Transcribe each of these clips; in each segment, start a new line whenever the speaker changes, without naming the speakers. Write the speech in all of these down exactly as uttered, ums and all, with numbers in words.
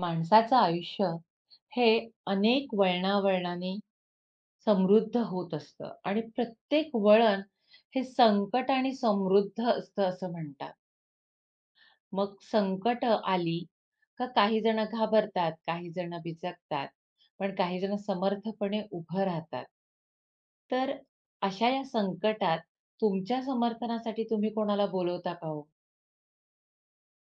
माणसाचं आयुष्य हे अनेक वळणावळणाने समृद्ध होत असतं आणि प्रत्येक वळण हे संकट आणि समृद्ध असतं असं म्हणतात. मग संकट आली का काही जण घाबरतात, काही जण बिचकतात, पण काही जण समर्थपणे उभं राहतात. तर अशा या संकटात तुमच्या समर्थनासाठी तुम्ही कोणाला बोलवता का हो?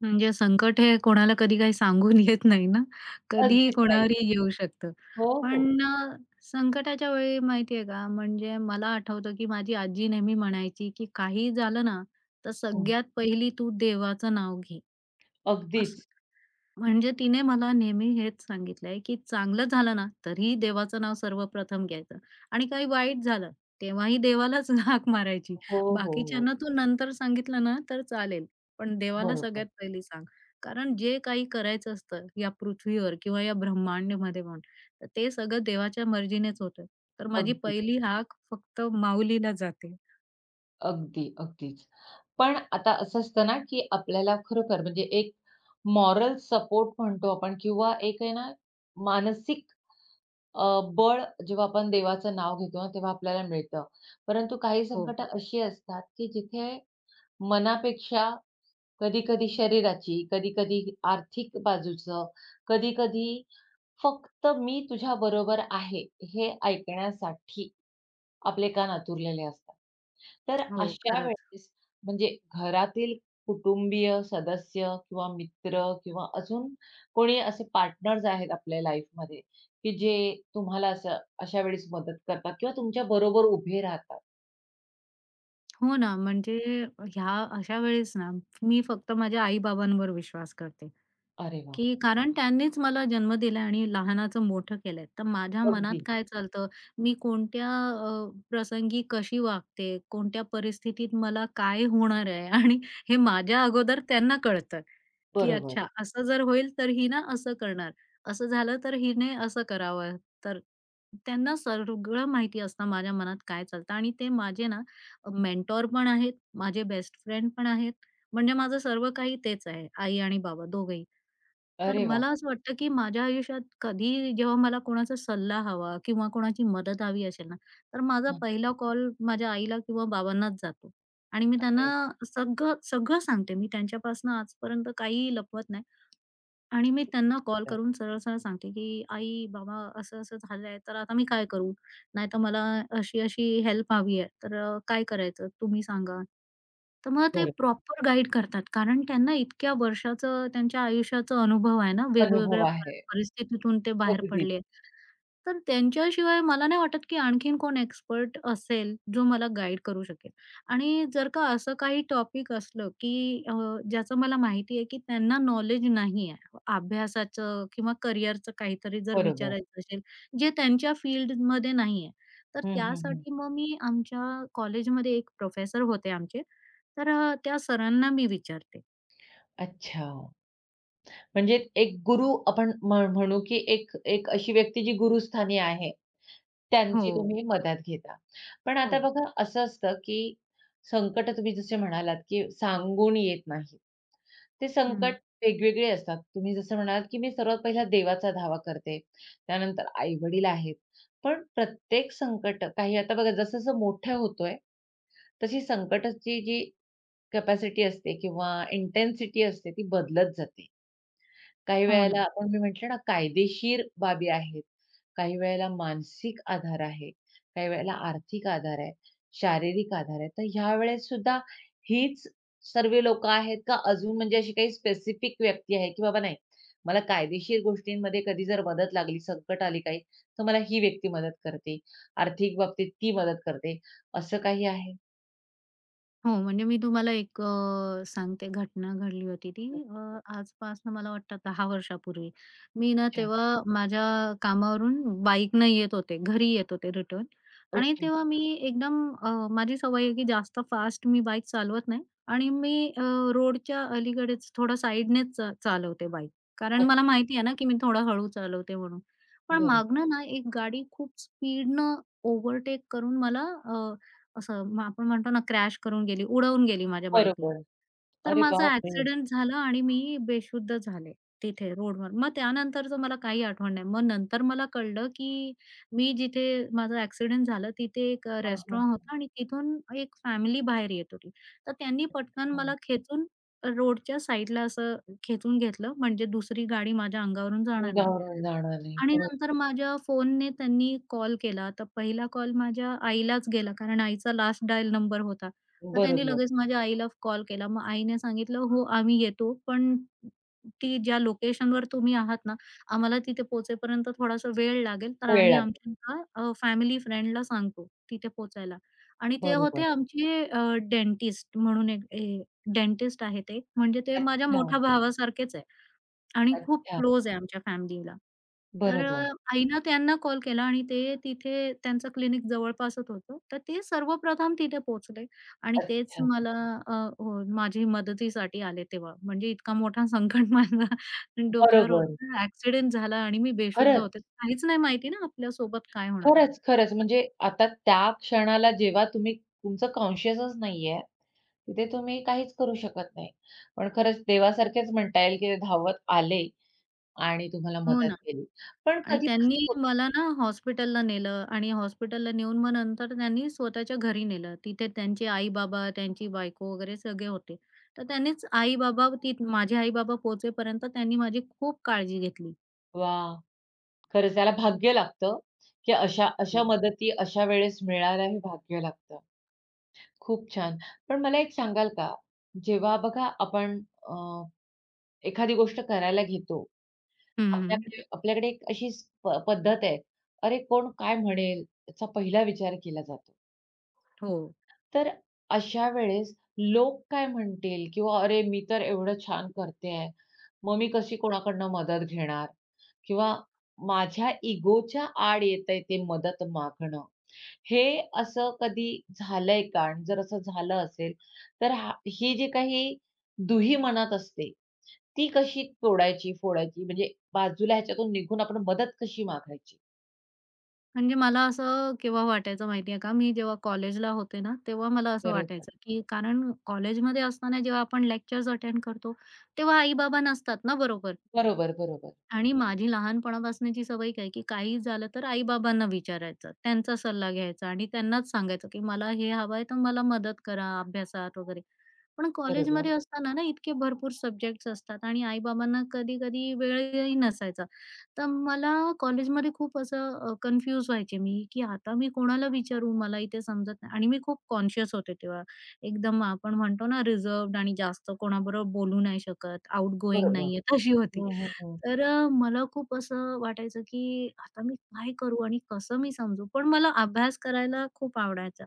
म्हणजे संकट हे कोणाला कधी काही सांगून येत नाही ना, कधीही
अगदीच नाही.
कोणावरही येऊ शकतं.
हो, हो.
पण अ, संकटाच्या वेळी माहिती आहे का, म्हणजे मला आठवतं, की माझी आजी नेहमी म्हणायची, की काही झालं ना, तर
हं.
सगळ्यात पहिली तू देवाचं नाव घे."
अगदीच.
म्हणजे तिने मला नेहमी हेच सांगितलंय, की चांगलं झालं ना, तरीही देवाचं नाव सर्वप्रथम घ्यायचं आणि काही वाईट झालं, तेव्हाही देवालाच हाक मारायची.
हो, हो, हो.
बाकीच्यांना तू नंतर सांगितलं ना, तर चालेल, पण देवाला
बरोबर.
सगळ्यात पहिली सांग. कारण जे काही करायचं असतं या पृथ्वीवर किंवा या ब्रह्मांडमध्ये म्हण, तर ते सगळं देवाच्या मर्जीनेच होतं. तर माझी
अगदी.
पहिली हाक फक्त माऊलीला जाते.
अगदी, अगदीच. पण आता असं असतं ना, की आपल्याला खरोखर म्हणजे एक मॉरल सपोर्ट म्हणतो आपण किंवा एक आहे ना, मानसिक अ, बळ जेव्हा आपण देवाचं नाव घेतो ना, तेव्हा आपल्याला मिळतं. परंतु काही
हो,
संकटं अशी असतात, की जिथे मनापेक्षा कधी-कधी शरीराची, कधी-कधी आर्थिक बाजूचं, कधी-कधी फक्त मी तुझ्याबरोबर आहे, हे ऐकण्यासाठी आपले कान आतुरलेले असतात. तर
हो,
अशा
खरंच.
वेळेस म्हणजे घरातील कुटुंबीय सदस्य किंवा मित्र किंवा अजून कोणी असे पार्टनर्स आहेत आपल्या लाईफमध्ये, की जे तुम्हाला असं अशा वेळेस मदत करतात किंवा तुमच्या बरोबर उभे राहतात.
हो ना, म्हणजे ह्या अशा वेळेस ना, मी फक्त माझ्या आई-बाबांवर विश्वास करते.
अरे वाह!
की कारण त्यांनीच मला जन्म दिला आणि लहानाचं मोठं केलंय. तर माझ्या मनात
अगदी.
काय चालतं, मी कोणत्या अ, प्रसंगी कशी वागते, कोणत्या परिस्थितीत मला काय होणार आहे आणि हे माझ्या अगोदर त्यांना कळतं, की
बरोबर.
अच्छा असं जर होईल तर ही ना असं करणार, असं झालं तर हिने असं करावं. तर त्यांना सगळं माहिती असतं माझ्या मनात काय चालतं आणि ते माझे ना मेंटॉर पण आहेत, माझे बेस्ट फ्रेंड पण आहेत. म्हणजे माझं सर्व काही तेच आहे, आई आणि बाबा दोघंही. तर
अरे वाह!
मला असं वाटतं, की माझ्या आयुष्यात कधी जेव्हा मला कोणाचा सल्ला हवा किंवा कोणाची मदत हवी असेल ना, तर माझा
हं,
पहिला कॉल माझ्या आईला किंवा बाबांनाच जातो आणि मी
अरे
त्यांना
वा.
सगळं, सगळं सांगते. मी त्यांच्यापासून आजपर्यंत काहीही लपवत नाही. आणि मी
किती
त्यांना कॉल
सुंदर.
करून सरळ-सरळ सांगते, की "आई, बाबा असं-असं झालंय, तर आता मी काय करू? नाहीतर मला अशी-अशी हेल्प हवी आहे, तर अ, काय करायचं तुम्ही सांगा." तर मग ते
बरोबर.
प्रॉपर गाईड करतात. कारण त्यांना इतक्या वर्षाचं त्यांच्या आयुष्याचा अनुभव आहे ना,
अनुभव
वेगवेगळ्या प
आहे.
परिस्थितीतून ते बाहेर
अगदीच.
पडले. तर त्यांच्याशिवाय मला नाही वाटत, की आणखीन कोण एक्सपर्ट असेल, जो मला गाईड करू शकेल. आणि जर का असं काही टॉपिक असलं, की अ, ज्याचं मला माहिती आहे, की त्यांना नॉलेज नाही आहे. अभ्यासाचं किंवा करिअरचं काहीतरी जर
बरोबर.
विचारायचं असेल, जे त्यांच्या फील्डमध्ये नाही आहे. तर
हं, हं, हं.
त्यासाठी मग मी आमच्या कॉलेजमध्ये एक प्रोफेसर होते आमचे, तर अ, त्या सरांना मी विचारते.
अच्छा. म्हणजे एक गुरु आपण म्ह म्हणू, की एक एक अशी व्यक्ती जी गुरुस्थानी आहे,
हो,
त्यांची तुम्ही मदत घेता. पण आता
हो.
बघा असं असतं, की संकट तुम्ही जसे म्हणालात, की सांगून येत नाही. ते संकट
हं.
वेगवेगळे असतात. तुम्ही जसं म्हणालात, की मी सर्वात पहिला देवाचा धावा करते. त्यानंतर आई-वडील आहेत. पण प्रत्येक संकट काही आता बघा जसं-जसं मोठं होतोय, तशी संकटाची जी कॅपॅसिटी असते किंवा इंटेन्सिटी असते ती बदलत जाते. काही
हो ना.
वेळेला आपण मी म्हटलं ना, कायदेशीर बाबी आहेत. काही वेळेला मानसिक आधार आहे. काही वेळेला आर्थिक आधार आहे, शारीरिक आधार आहे. तर ह्यावेळेस सुद्धा हीच सर्व लोकं आहेत का अजून म्हणजे अशी काही स्पेसिफिक व्यक्ती आहे, की बाबा नाही, मला कायदेशीर गोष्टींमध्ये कधी जर मदत लागली, संकट आली काही, तर मला ही व्यक्ती मदत करते. आर्थिक बाबतीत ती मदत करते. असं काही आहे?
हो, म्हणजे मी तुम्हाला एक अ, सांगते घटना घडली होती ती अ, आजपासनं मला वाटतं दहा वर्षापूर्वी. मी ना
अच्छा.
तेव्हा माझ्या कामावरून बाईकनं येत होते, घरी येत होते रिटर्न आणि
ओके.
तेव्हा मी एकदम अ, माझी सवय आहे की जास्त फास्ट मी बाईक चालवत नाही आणि मी अ, रोडच्या अलीकडेच थोडं साईडनेच चा चालवते बाईक. कारण मला
अच्छा.
माहिती आहे ना की मी थोडं हळू चालवते म्हणून. पण
बरोबर.
मागनं ना एक गाडी खूप स्पीडनं ओव्हरटेक करून मला असं मग आपण म्हणतो ना क्रॅश करून गेली, उडवून गेली माझ्या बाईकला.
बरोबर.
तर
अरे
माझा
बापरे!
ॲक्सिडेंट झाला आणि मी बेशुद्ध झाले तिथे रोडवर. मग त्यानंतरचं मला काही आठवण नाही. मग नंतर मला कळलं, की मी जिथे माझं ॲक्सिडेंट झालं तिथे एक अ,
हां, हां.
रेस्टॉरंट होतं आणि तिथून एक फॅमिली बाहेर येत होती. तर त्यांनी पटकन
अच्छा.
मला खेचून रोडच्या साईडला असं खेचून घेतलं म्हणजे दुसरी गाडी माझ्या अंगावरून जाणार नाही.
निरावरून जाणार नाही.
आणि
बरोबर,
नंतर माझ्या फोनने त्यांनी कॉल केला. तर पहिला कॉल माझ्या आईलाच गेला, कारण आईचा लास्ट डायल नंबर होता. तर त्यांनी
बरोबर.
लगेच माझ्या आईला कॉल केला. मग आईने सांगितलं, "हो, आम्ही येतो, पण ती ज्या लोकेशनवर तुम्ही आहात ना, आम्हाला तिथे पोहोचेपर्यंत थोडासा वेळ लागेल, तर
वेळ
आम्ही
लागतो.
आमच्या फॅमिली फ्रेंडला सांगतो तिथे पोहोचायला." आणि ते होते
बरोबर.
आमचे अ, डेंटिस्ट म्हणून एक डेंटिस्ट आहे ते. म्हणजे ते माझ्या
अच्छा,
मोठ्या भावासारखेच आहे. आणि खूप
अच्छा.
क्लोज आहे आमच्या फॅमिलीला. तर
बरोबर.
अ, आईनं त्यांना कॉल केला आणि ते तिथे त्यांचं क्लिनिक जवळपासच होतं. तर ते सर्वप्रथम तिथे पोहोचले आणि तेच
अच्छा.
मला अ, हो, माझी मदतीसाठी आले तेव्हा. म्हणजे इतका मोठा संकट माझ्या डोक्यावर
बरोबर.
होता. ॲक्सिडेंट झाला आणि मी बेशुद्ध होते.
खरंच,
काहीच नाही माहिती ना आपल्यासोबत काय होणार.
खरंच, खरंच.
तर
म्हणजे आता त्या क्षणाला जेव्हा तुम्ही तुमचं कॉन्शियसच नाहीये, तिथे तुम्ही काहीच करू शकत नाही. पण खरंच देवासारखेच म्हणता येईल, की ते धावत आले आणि तुम्हाला
हो
मदत
ना.
केली. पण
आणि
कधी असं
त्यांनी
होतं
मला ना हॉस्पिटलला नेलं आणि हॉस्पिटलला नेऊन मग नंतर त्यांनी स्वतःच्या घरी नेलं. तिथे त्यांचे आई-बाबा, त्यांची बायको वगैरे सगळे होते. तर त्यांनीच आई-बाबा ती माझे आई-बाबा पोहोचेपर्यंत त्यांनी माझी खूप काळजी घेतली.
वाह! खरंच त्याला भाग्य लागतं, की अशा अशा
हं,
मदती अशा वेळेस मिळायला हे भाग्य लागतं. खूप छान. पण मला एक सांगाल का, जेव्हा बघा आपण अ, एखादी गोष्ट करायला घेतो, आपल्याकडे आपल्याकडे एक अशी स प पद्धत आहे, "अरे, कोण काय म्हणेल?" याचा पहिला विचार केला जातो.
हो.
तर अशा वेळेस लोक काय म्हणतील? किंवा "अरे, मी तर एवढं छान करते आहे. मग मी कशी कोणाकडनं मदत घेणार?" किंवा "माझ्या इगोच्या आड येतंय ते मदत मागणं." हे असं कधी झालंय का? आणि जर असं झालं असेल, तर हा ही जी काही दुही मनात असते, ती कशी तोडायची, फोडायची? म्हणजे बाजूला ह्याच्यातून निघून आपण मदत कशी मागायची?
म्हणजे मला असं केव्हा वाटायचं माहिती आहे का, मी जेव्हा कॉलेजला होते ना, तेव्हा मला असं
बरोबर.
वाटायचं, की कारण कॉलेजमध्ये असताना जेव्हा आपण लेक्चर्स अटेंड करतो, तेव्हा आई-बाबा नसतात ना बरोबर.
बरोबर, बरोबर.
आणि माझी लहानपणापासनची सवय काय, की काही झालं तर आई-बाबांना विचारायचं. त्यांचा सल्ला घ्यायचा आणि त्यांनाच सांगायचं, की मला हे हवंय तर मला मदत करा अभ्यासात वगैरे. पण
बरोबर,
कॉलेजमध्ये असताना ना इतके भरपूर सब्जेक्ट्स असतात आणि आई-बाबांना कधी-कधी वेळही नसायचा. तर मला कॉलेजमध्ये खूप असं कन्फ्यूज व्हायचे मी, की आता मी कोणाला विचारू? मला इथे समजत नाही आणि मी खूप कॉन्शियस होते तेव्हा. एकदम आपण म्हणतो ना रिझर्व्हड आणि जास्त कोणाबरोबर बोलू नाही शकत, आउटगोइंग
बरोबर.
नाहीये, तशी होती.
हं, हं, हं.
तर अ, मला खूप असं वाटायचं, की आता मी काय करू आणि कसं मी समजू? पण मला अभ्यास करायला खूप आवडायचा.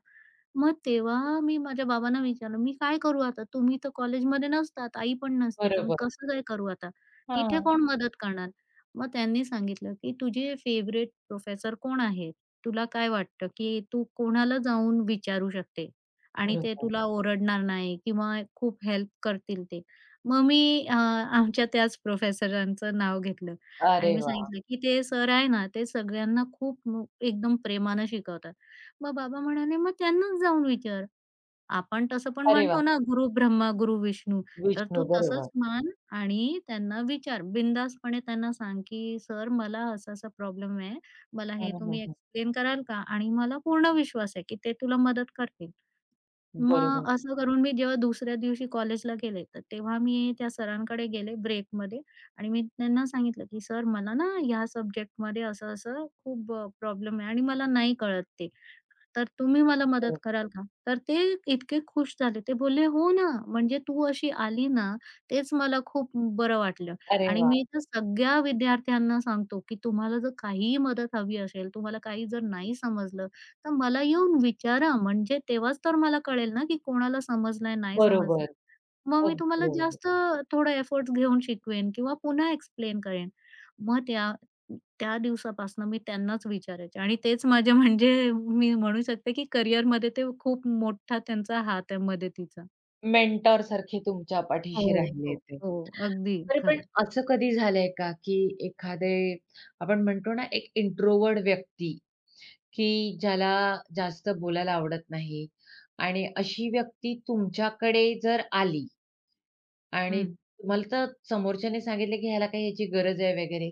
मग तेव्हा मी माझ्या बाबांना विचारलं, "मी काय करू आता? तुम्ही तर कॉलेजमध्ये नसतात, आई पण नसते, तर मी
बरोबर.
कसं काय करू आता? तिथे
हां.
कोण मदत करणार?" मग त्यांनी सांगितलं, "की तुझे फेव्हरेट प्रोफेसर कोण आहेत? तुला काय वाटतं, की तू कोणाला जाऊन विचारू शकते आणि ते
बरोबर.
तुला ओरडणार नाही किंवा खूप हेल्प करतील ते." मग मी अ, आमच्या त्याच प्रोफेसरांचं नाव घेतलं आणि
अरे
मी
वाह!
सांगितलं, की "ते सर आहे ना, ते सगळ्यांना खूप मो एकदम प्रेमानं शिकवतात." मग बाबा म्हणाले, "मग त्यांनाच जाऊन विचार. आपण तसं पण
अरे वाह!
म्हणतो ना, गुरु ब्रह्मा, गुरु विष्णू. तर तू
विष्णू
तसंच
बरोबर.
मान आणि त्यांना विचार. बिनधास्तपणे त्यांना सांग, की सर मला असा-असा प्रॉब्लेम आहे. मला हे
हं, हं,
तुम्ही
हं.
एक्सप्लेन कराल का? आणि मला पूर्ण विश्वास आहे, की ते तुला मदत करतील."
बरोबर,
मग असं करून मी जेव्हा दुसऱ्या दिवशी कॉलेजला गेले, तर तेव्हा मी त्या सरांकडे गेले ब्रेकमध्ये आणि मी त्यांना सांगितलं, की "सर मला ना ह्या सब्जेक्टमध्ये असं-असं खूप अ, प्रॉब्लेम आहे आणि मला नाही कळत ते." तर तुम्ही मला मदत
बरोबर.
कराल का?" तर ते इतके खुश झाले. ते बोलले, "हो ना, म्हणजे तू अशी आली ना, तेच मला खूप बरं वाटलं."
अरे
आणि
वाह!
मी तर सगळ्या विद्यार्थ्यांना सांगतो, की तुम्हाला जर काहीही मदत हवी असेल, तुम्हाला काही जर नाही समजलं, तर मला येऊन विचारा. म्हणजे तेव्हाच तर मला कळेल ना, की कोणाला समजलंय, नाही
बरोबर.
समजलंय. मग मी
अगदी
तुम्हाला
बरोबर.
जास्त थोडा एफर्ट्स घेऊन शिकवेन किंवा पुन्हा एक्सप्लेन करेन. मग त्या त्या दिवसापासून मी त्यांनाच विचारायचे आणि तेच माझे म्हणजे मी म्हणू शकते, की करिअरमध्ये ते खूप मोठा त्यांचा हात आहे मदतीचा.
मेंटॉर सारखे तुमच्या पाठीशी
हो,
राहिले
हो.
ते.
हो, अगदी
तरी पण
खरं.
असं कधी झालंय का, की एखादे आपण म्हणतो ना, एक इंट्रोव्हर्ट व्यक्ती, की ज्याला जास्त बोलायला आवडत नाही आणि अशी व्यक्ती तुमच्याकडे जर आली आणि
हं.
तुम्हाला तर समोरच्याने सांगितलं, की ह्याला काही ह्याची गरज आहे वगैरे.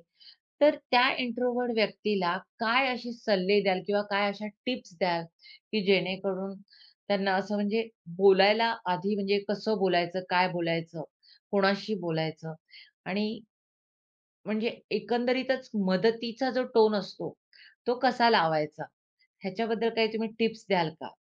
तर त्या इंट्रोव्हर्ट व्यक्तीला काय असे सल्ले द्याल किंवा काय अशा टिप्स द्याल, की जेणेकरून त्यांना असं म्हणजे बोलायला आधी म्हणजे कसं बोलायचं, काय बोलायचं, कोणाशी बोलायचं आणि म्हणजे एकंदरीतच मदतीचा जो टोन असतो, तो कसा लावायचा? ह्याच्याबद्दल काही तुम्ही टिप्स द्याल का?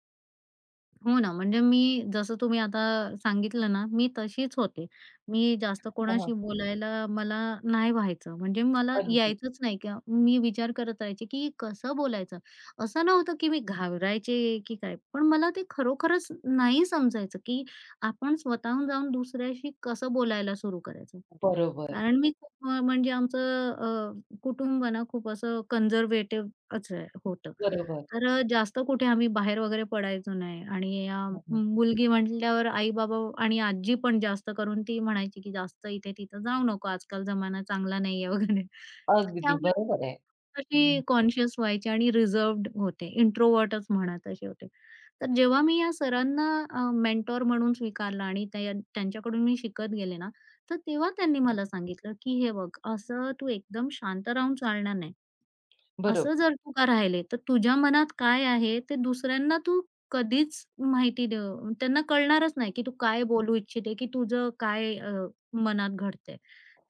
हो ना, म्हणजे मी जसं तुम्ही आता सांगितलं ना, मी तशीच होते. मी जास्त
हां, हां.
कोणाशी बोलायला मला नाही व्हायचं. म्हणजे मला
अगदी.
यायचंच नाही किंवा मी विचार करत राहायचे, की कसं बोलायचं? असं नव्हतं, की मी घाबरायचे की काय. पण मला ते खरोखरच नाही समजायचं, की आपण स्वतःहून जाऊन दुसऱ्याशी कसं बोलायला सुरू करायचं?
बरोबर,
कारण मी खूप अ, म्हणजे आमचं अ, कुटुंब ना खूप असं कन्झर्व्हेटिव्हच होतं.
बरोबर.
तर अ, जास्त कुठे आम्ही बाहेर वगैरे पडायचो नाही आणि अ,
हं, हं.
मुलगी म्हटल्यावर आई-बाबा आणि आजी पण जास्त करून ती म्हणायची, की "जास्त इथे-तिथं जाऊ नको. आजकाल जमाना चांगला नाहीये" वगैरे. तर
अगदी
त्यामुळे
बरोबर आहे.
तशी
हं,
कॉन्शियस व्हायचे आणि रिझर्व्ड होते. इंट्रोव्हर्टच म्हणा तसे होते. तर जेव्हा मी या सरांना अ, मेंटॉर म्हणून स्वीकारलं आणि त्या त्यांच्याकडून मी शिकत गेले ना, तर तेव्हा त्यांनी
हं.
मला सांगितलं, की "हे बघ, असं तू एकदम शांत राहून चालणार नाही.
बरोबर,
असं जर तू का राहिले, तर तुझ्या मनात काय आहे ते दुसऱ्यांना तू कधीच माहिती देऊ त्यांना कळणारच नाही, की तू काय बोलू इच्छिते, की तुझं काय अ, मनात घडतंय."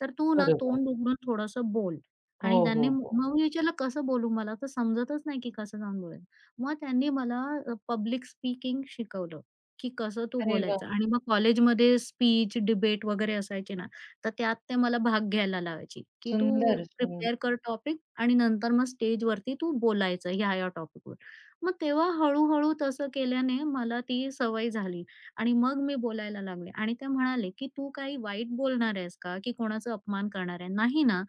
तर तू ना
बरोबर.
तोंड उघडून थोडंसं बोल."
हो,
आणि
हो,
त्यांनी म-
हो.
मग मी विचारलं, "कसं बोलू? मला तर समजतच नाही की कसं जाऊन बोलायचं." मग त्यांनी मला पब्लिक स्पीकिंग शिकवलं, की कसं तू
अरे वाह!
बोलायचं आणि मग कॉलेजमध्ये स्पीच, डिबेट वगैरे असायचे ना, तर त्यात ते मला भाग घ्यायला लावायचे, की "तू
सुंदर, सुंदर.
प्रिपेअर कर टॉपिक आणि नंतर मग स्टेजवरती तू बोलायचं ह्या-ह्या टॉपिकवर." मग तेव्हा हळू तसं केल्याने मला ती सवय झाली. आणि मग मी बोलायला लागले आणि ते म्हणाले, "की तू काही वाईट बोलणार आहेस का? की कोणाचा अपमान करणार आहे? नाही ना,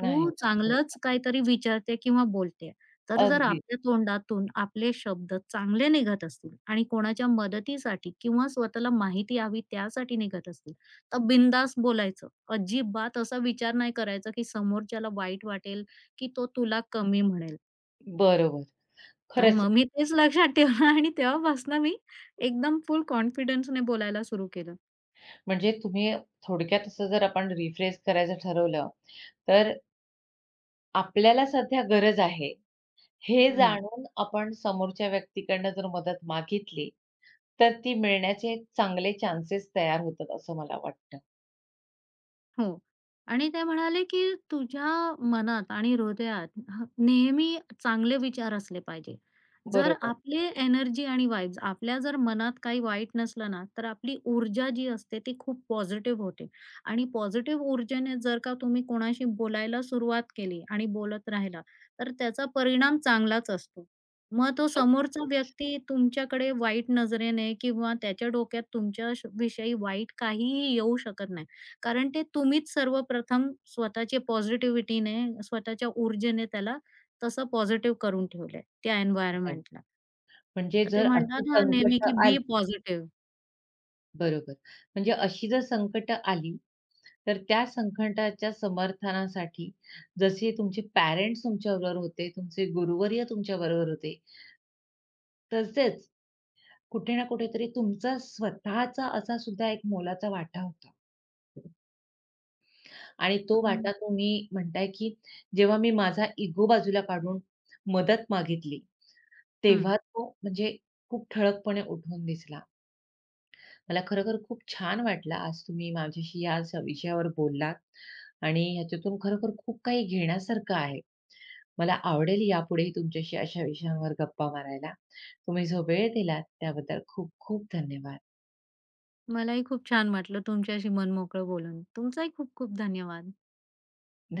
नाही
तू
ना. हो.
चांगलंच काहीतरी विचारते किंवा बोलते. तर जर
अगदी.
आपल्या तोंडातून आपले शब्द चांगले निघत असतील आणि कोणाच्या मदतीसाठी किंवा स्वतःला माहिती हवी त्यासाठी निघत असतील, तर बिनधास्त बोलायचं. अजिबात असा विचार नाही करायचा, की समोरच्याला वाईट वाटेल, की तो तुला कमी म्हणेल."
बरोबर.
तर
खरंच
मग मी तेच लक्षात ठेवलं आणि तेव्हापासून मी एकदम फुल कॉन्फिडन्सने बोलायला सुरू केलं.
म्हणजे तुम्ही थोडक्यात असं जर आपण रिफ्रेश करायचं ठरवलं, तर आपल्याला सध्या गरज आहे, हे
हं,
जाणून आपण समोरच्या व्यक्तीकडनं जर मदत मागितली, तर ती मिळण्याचे चांगले चान्सेस तयार होतात असं मला वाटतं.
हो. आणि ते म्हणाले, की "तुझ्या मनात आणि हृदयात ह नेहमी चांगले विचार असले पाहिजे. जर
बरोबर.
आपले एनर्जी आणि वाइब्स आपल्या जर मनात काही वाईट नसलं ना, तर आपली ऊर्जा जी असते ती खूप पॉझिटिव्ह होते. आणि पॉझिटिव्ह ऊर्जेने जर का तुम्ही कोणाशी बोलायला सुरुवात केली आणि बोलत राहिला, तर त्याचा परिणाम चांगलाच असतो. मग तो समोरचा
अगदी.
व्यक्ती तुमच्याकडे वाईट नजरेने किंवा त्याच्या डोक्यात तुमच्या श विषयी वाईट काहीही येऊ शकत नाही. कारण ते तुम्हीच सर्वप्रथम स्वतःच्या पॉझिटिव्हिटीने, स्वतःच्या ऊर्जेने त्याला तसं पॉझिटिव्ह करून ठेवलंय त्या
नाही.
एन्व्हायर्नमेंटला.
म्हणजे
तर ते
जर अशी
म्हणतात ना नेहमी की
संकटं आली
बी पॉझिटिव्ह.
बरोबर. म्हणजे अशी जर संकटं आली तर त्या संकटाच्या समर्थनासाठी जसे तुमचे पॅरेंट्स तुमच्याबरोबर होते, तुमचे गुरुवर्य तुमच्याबरोबर होते, तसेच कुठे ना कुठेतरी तुमचा स्वतःचा असा सुद्धा एक मोलाचा वाटा होता. आणि तो
हं,
वाटा तुम्ही म्हणताय, की जेव्हा मी माझा इगो बाजूला काढून मदत मागितली,
हं.
तेव्हा तो म्हणजे खूप ठळकपणे उठून दिसला. मला खरोखर खूप छान वाटलं आज तुम्ही माझ्याशी या स विषयावर बोललात आणि ह्याच्यातून खरोखर खूप काही घेण्यासारखं आहे. मला आवडेल यापुढेही तुमच्याशी अशा विषयांवर गप्पा मारायला. तुम्ही जो वेळ दिलात त्याबद्दल खूप खूप धन्यवाद.
मलाही खूप छान वाटलं तुमच्याशी मनमोकळं बोलून. तुमचाही खूप खूप धन्यवाद.